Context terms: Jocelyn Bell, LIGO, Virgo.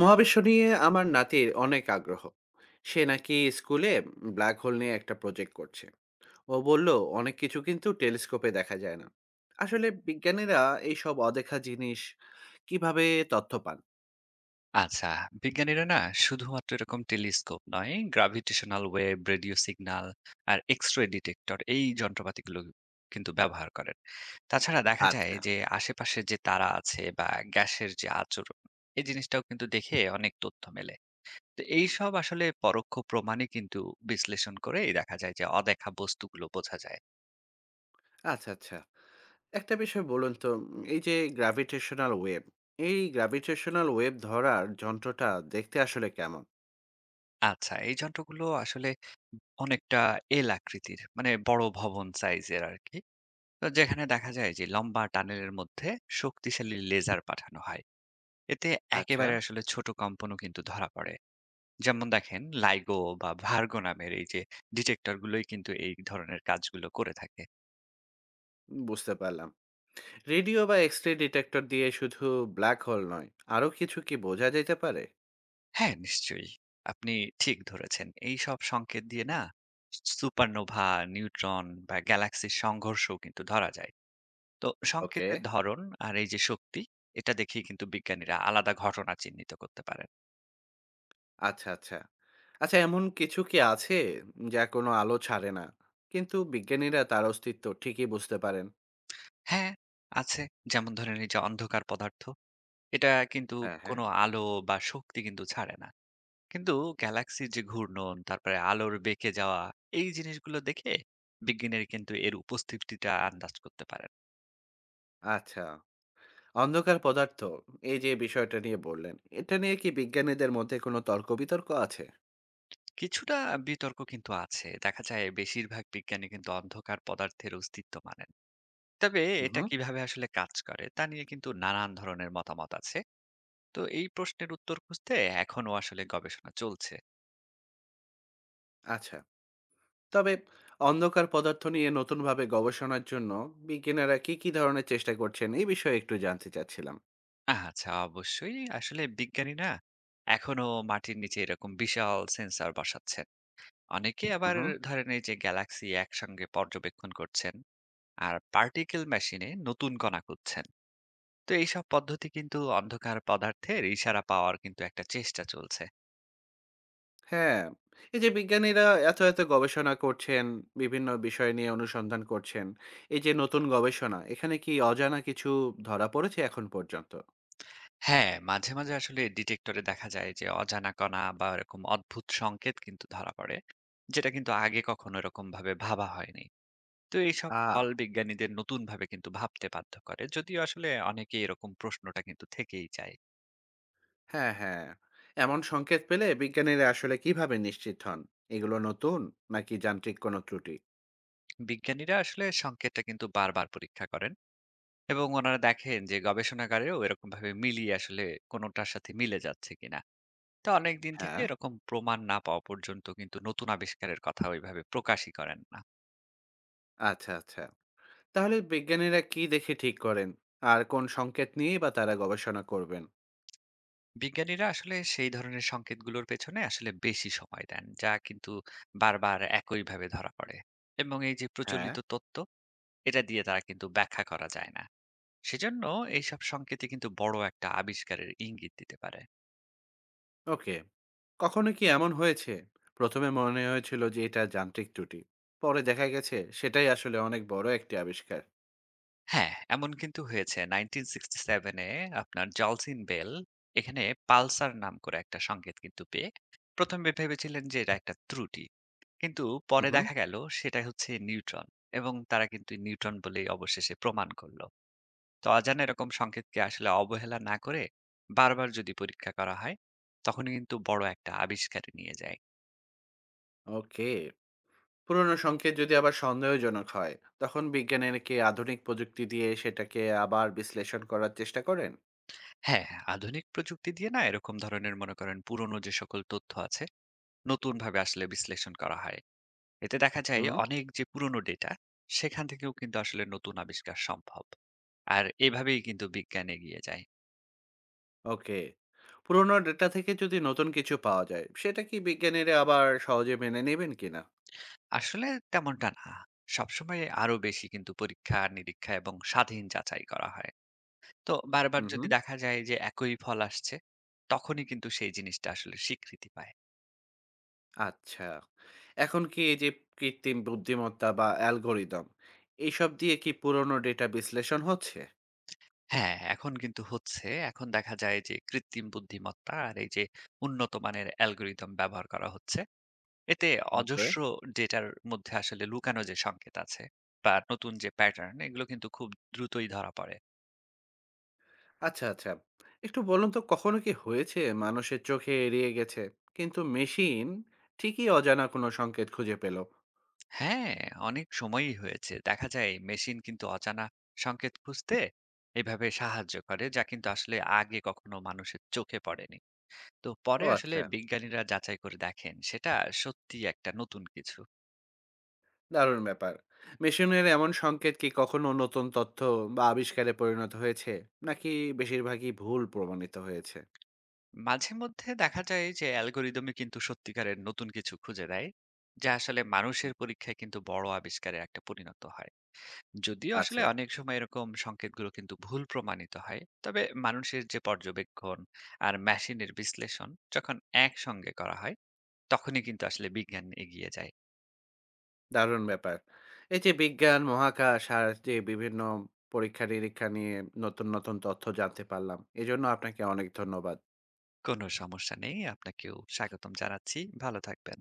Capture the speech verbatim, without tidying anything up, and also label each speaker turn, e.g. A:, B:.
A: মহাবিশ্ব নিয়ে আমার নাতির অনেক আগ্রহ। সে নাকি স্কুলে ব্ল্যাক হোল নিয়ে একটা প্রজেক্ট করছে। ও বলল অনেক কিছু কিন্তু টেলিস্কোপে দেখা যায় না। আসলে বিজ্ঞানীরা এই সব অদেখা জিনিস কিভাবে তথ্য পান?
B: আচ্ছা, বিজ্ঞানীরা না শুধুমাত্র এরকম টেলিস্কোপ নয়, গ্র্যাভিটেশনাল ওয়েভ, রেডিও সিগন্যাল আর এক্স-রে ডিটেক্টর এই যন্ত্রপাতিগুলো কিন্তু ব্যবহার করেন। তাছাড়া দেখা যায়
A: আচ্ছা।
B: যে আশেপাশে যে তারা আছে বা গ্যাসের যে আচরণ, এই জিনিসটাও কিন্তু দেখে অনেক তথ্য মেলে। তো এইসব আসলে পরোক্ষ প্রমাণই কিন্তু বিশ্লেষণ করেই দেখা যায় যে অদেখা বস্তুগুলো বোঝা যায়।
A: আচ্ছা আচ্ছা, একটা বিষয় বলুন তো, উম, এই যে গ্র্যাভিটেশনাল ওয়েভ, এই গ্র্যাভিটেশনাল ওয়েভ ধরার যন্ত্রটা দেখতে আসলে কেমন?
B: আচ্ছা, এই যন্ত্রগুলো আসলে অনেকটা এল আকৃতির মানে বড় ভবন সাইজের আরকি। তো যেখানে দেখা যায় যে লম্বা টানেলের মধ্যে শক্তিশালী লেজার পাঠানো হয় এতে
A: আচ্ছা।
B: একেবারে আসলে ছোট কম্পনও কিন্তু ধরা পড়ে, যেমন দেখেন লাইগো বা ভার্গো নামের এই যে ডিটেক্টর গুলোই কিন্তু এই ধরনের কাজগুলো করে থাকে।
A: বুঝতে পারলাম। রেডিও বা এক্স রে ডিটেক্টর দিয়ে শুধু ব্ল্যাক হোল নয়, আরও কিছু কি বোঝা যেতে পারে?
B: হ্যাঁ, নিশ্চয়ই আপনি ঠিক ধরেছেন, এই সব সংকেত দিয়ে না সুপারনোভা, নিউট্রন বা গ্যালাক্সির সংঘর্ষও কিন্তু ধরা যায়। তো
A: ওকে।
B: সংকেতের ধরন আর এই যে শক্তি, এটা দেখেই কিন্তু বিজ্ঞানীরা আলাদা ঘটনা চিহ্নিত করতে পারেন।
A: আচ্ছা, আচ্ছা। আচ্ছা, এমন কিছু কি আছে যা কোনো আলো ছাড়ে না, কিন্তু বিজ্ঞানীরা তার অস্তিত্ব ঠিকই বুঝতে পারেন?
B: হ্যাঁ, আছে। যেমন ধরেন এই যে অন্ধকার পদার্থ, এটা কিন্তু
A: হ্যাঁ, হ্যাঁ।
B: কোনো আলো বা শক্তি কিন্তু ছাড়ে না। কিন্তু গ্যালাক্সির যে ঘূর্ণন, তারপরে আলোর বেঁকে যাওয়া, এই জিনিসগুলো দেখে বিজ্ঞানীরা কিন্তু এর উপস্থিতিটা আন্দাজ করতে পারেন।
A: আচ্ছা। অন্ধকার পদার্থ, এই যে বিষয়টা নিয়ে বললেন, এটা নিয়ে কি বিজ্ঞানীদের মধ্যে কোনো তর্ক-বিতর্ক আছে?
B: কিছুটা বিতর্ক কিন্তু আছে। দেখা যায় বেশিরভাগ বিজ্ঞানী কিন্তু অন্ধকার পদার্থের অস্তিত্ব মানেন। তবে
A: হু,
B: এটা
A: হু।
B: কিভাবে আসলে কাজ করে তা নিয়ে কিন্তু নানান ধরনের মতামত আছে। তো এই প্রশ্নের উত্তর খুঁজতে এখনো আসলে গবেষণা চলছে।
A: আচ্ছা। তবে অন্ধকার পদার্থ নিয়ে নতুনভাবে গবেষণার জন্য বিজ্ঞানীরা কি, কি ধরনের চেষ্টা করছেন, এই বিষয়ে একটু জানতে চাচ্ছিলাম।
B: আচ্ছা, অবশ্যই। আসলে বিজ্ঞানীরা এখনো মাটির নিচে এরকম বিশাল সেন্সর বসাচ্ছেন। অনেকে
A: হু,
B: আবার
A: হু।
B: ধরেন এই যে গ্যালাক্সি একসঙ্গে পর্যবেক্ষণ করছেন, আর পার্টিকেল মেশিনে নতুন কণা খুঁজছেন। তো এইসব পদ্ধতি কিন্তু অন্ধকার পদার্থের ইশারা পাওয়ার কিন্তু একটা চেষ্টা চলছে।
A: হ্যাঁ, এই যে বিজ্ঞানীরা এত, এত গবেষণা করছেন, বিভিন্ন বিষয় নিয়ে অনুসন্ধান করছেন। এই যে নতুন গবেষণা, এখানে কি অজানা কিছু ধরা পড়েছে এখন পর্যন্ত?
B: হ্যাঁ, মাঝে, মাঝে আসলে ডিটেক্টরে দেখা যায় যে অজানা কণা বা এরকম অদ্ভুত সংকেত কিন্তু ধরা পড়ে, যেটা কিন্তু আগে কখনো এরকম ভাবে ভাবা হয়নি। তো এইসব
A: আ
B: ফল বিজ্ঞানীদের নতুনভাবে কিন্তু ভাবতে বাধ্য করে, যদিও আসলে অনেকে এরকম প্রশ্নটা কিন্তু থেকেই যায়।
A: হ্যাঁ, হ্যাঁ। এমন সংকেত পেলে বিজ্ঞানীরা আসলে কিভাবে নিশ্চিত হন? এগুলো নতুন নাকি যান্ত্রিক কোনো ত্রুটি?
B: বিজ্ঞানীরা আসলে সংকেতটা কিন্তু বারবার পরীক্ষা করেন এবং ওনারা দেখেন যে গবেষণাগারেও এরকম ভাবে মিলিয়ে আসলে কোনোটার সাথে মিলে যাচ্ছে কিনা। তো অনেক দিন থেকে
A: হ্যাঁ,
B: এরকম প্রমাণ না পাওয়া পর্যন্ত কিন্তু নতুন আবিষ্কারের কথা ওইভাবে প্রকাশই করেন না।
A: আচ্ছা, আচ্ছা। তাহলে বিজ্ঞানীরা কি দেখে ঠিক করেন? আর কোন সংকেত নিয়েই বা তারা গবেষণা করবেন?
B: বিজ্ঞানীরা আসলে সেই ধরনের সংকেতগুলোর পেছনে আসলে বেশি সময় দেন যা কিন্তু বারবার একইভাবে ধরা পড়ে এবং এই যে
A: হ্যাঁ,
B: প্রচলিত তত্ত্ব এটা দিয়ে তারা কিন্তু ব্যাখ্যা করা যায় না। সেজন্য এইসব সংকেতই কিন্তু বড় একটা আবিষ্কারের ইঙ্গিত দিতে পারে।
A: ওকে। কখনো কি এমন হয়েছে? প্রথমে মনে হয়েছিল যে এটা যান্ত্রিক ত্রুটি। পরে দেখা গেছে সেটাই আসলে অনেক বড় একটি আবিষ্কার।
B: হ্যাঁ, এমন কিন্তু হয়েছে, উনিশশো সাতষট্টি এ আপনার জলসিন বেল এখানে পালসার নাম করে একটা সংকেত কিন্তু পেয়ে প্রথমে ভেবেছিলেন যে এটা একটা ত্রুটি। কিন্তু
A: হু,
B: পরে
A: হুম।
B: দেখা গেল সেটা হচ্ছে নিউট্রন এবং তারা কিন্তু নিউট্রন বলেই অবশেষে প্রমাণ করলো। তো অজানা এরকম সংকেতকে আসলে অবহেলা না করে বারবার যদি পরীক্ষা করা হয়, তখনই কিন্তু বড় একটা আবিষ্কারে নিয়ে যায়।
A: ওকে। পুরনো সংকেত যদি আবার সন্দেহজনক হয়, তখন বিজ্ঞানীরা কি আধুনিক প্রযুক্তি দিয়ে সেটাকে আবার বিশ্লেষণ করার চেষ্টা করেন?
B: হ্যাঁ, আধুনিক প্রযুক্তি দিয়ে না এরকম ধরনের মনে করেন পুরনো যে সকল তথ্য আছে, নতুনভাবে আসলে বিশ্লেষণ করা হয়। এতে দেখা যায়
A: হুম।
B: অনেক যে পুরনো ডেটা, সেখান থেকেও কিন্তু আসলে নতুন আবিষ্কার সম্ভব। আর এভাবেই কিন্তু বিজ্ঞান এগিয়ে যায়।
A: ওকে। পুরনো ডেটা থেকে যদি নতুন কিছু পাওয়া যায়, সেটা কি বিজ্ঞানীরা আবার সহজে মেনে নেবেন কিনা?
B: আসলে তেমনটা না। সবসময় আরো বেশি কিন্তু পরীক্ষা, নিরীক্ষা এবং স্বাধীন যাচাই করা হয়। তো বারবার
A: হুম,
B: যদি
A: হুম।
B: দেখা যায় যে একই ফল আসছে, তখনই কিন্তু সেই জিনিসটা আসলে স্বীকৃতি পায়।
A: আচ্ছা। এখন কি এই যে কৃত্রিম বুদ্ধিমত্তা বা অ্যালগরিদম, এইসব দিয়ে কি পুরনো ডেটা বিশ্লেষণ হচ্ছে?
B: হ্যাঁ, এখন কিন্তু হচ্ছে। এখন দেখা যায় যে কৃত্রিম বুদ্ধিমত্তা আর এই যে উন্নত মানের অ্যালগরিদম ব্যবহার করা হচ্ছে। এতে
A: ওকে।
B: অজস্র ডেটার মধ্যে আসলে লুকানো যে সংকেত আছে বা নতুন যে প্যাটার্ন এগুলো কিন্তু খুব দ্রুতই ধরা পড়ে।
A: আচ্ছা, আচ্ছা। একটু বলুন তো, কখনো কি হয়েছে মানুষের চোখে এড়িয়ে গেছে কিন্তু মেশিন ঠিকই অজানা কোনো সংকেত খুঁজে পেল?
B: হ্যাঁ, অনেক সময়ই হয়েছে। দেখা যায় মেশিন কিন্তু অজানা সংকেত খুঁজতে এভাবে সাহায্য করে যা কিন্তু আসলে আগে কখনো মানুষের চোখে পড়েনি। তো পরে
A: ও
B: আসলে
A: আচ্ছা,
B: বিজ্ঞানীরা যাচাই করে দেখেন সেটা সত্যি একটা নতুন কিছু।
A: দারুণ ব্যাপার। মেশিনের এমন সংকেত কি কখনো নতুন তথ্য বা আবিষ্কারে পরিণত হয়েছে? নাকি বেশিরভাগই ভুল প্রমাণিত হয়েছে?
B: মাঝে মধ্যে দেখা যায় যে অ্যালগরিদমে কিন্তু সত্যিকারের নতুন কিছু খুঁজে দেয় যা আসলে মানুষের পরীক্ষায় কিন্তু বড় আবিষ্কারে একটা পরিণত হয়, যদিও আসলে
A: আচ্ছা।
B: অনেক সময় এরকম সংকেতগুলো কিন্তু ভুল প্রমাণিত হয়। তবে মানুষের যে পর্যবেক্ষণ আর মেশিনের বিশ্লেষণ যখন একসঙ্গে করা হয় তখনই কিন্তু আসলে বিজ্ঞান এগিয়ে যায়।
A: দারুণ ব্যাপার। এই যে বিজ্ঞান, মহাকাশ আর যে বিভিন্ন পরীক্ষা-নিরীক্ষা নিয়ে নতুন, নতুন তথ্য জানতে পারলাম। এজন্য আপনাকে অনেক ধন্যবাদ।
B: কোনো সমস্যা নেই, আপনাকেও স্বাগতম জানাচ্ছি। ভালো থাকবেন।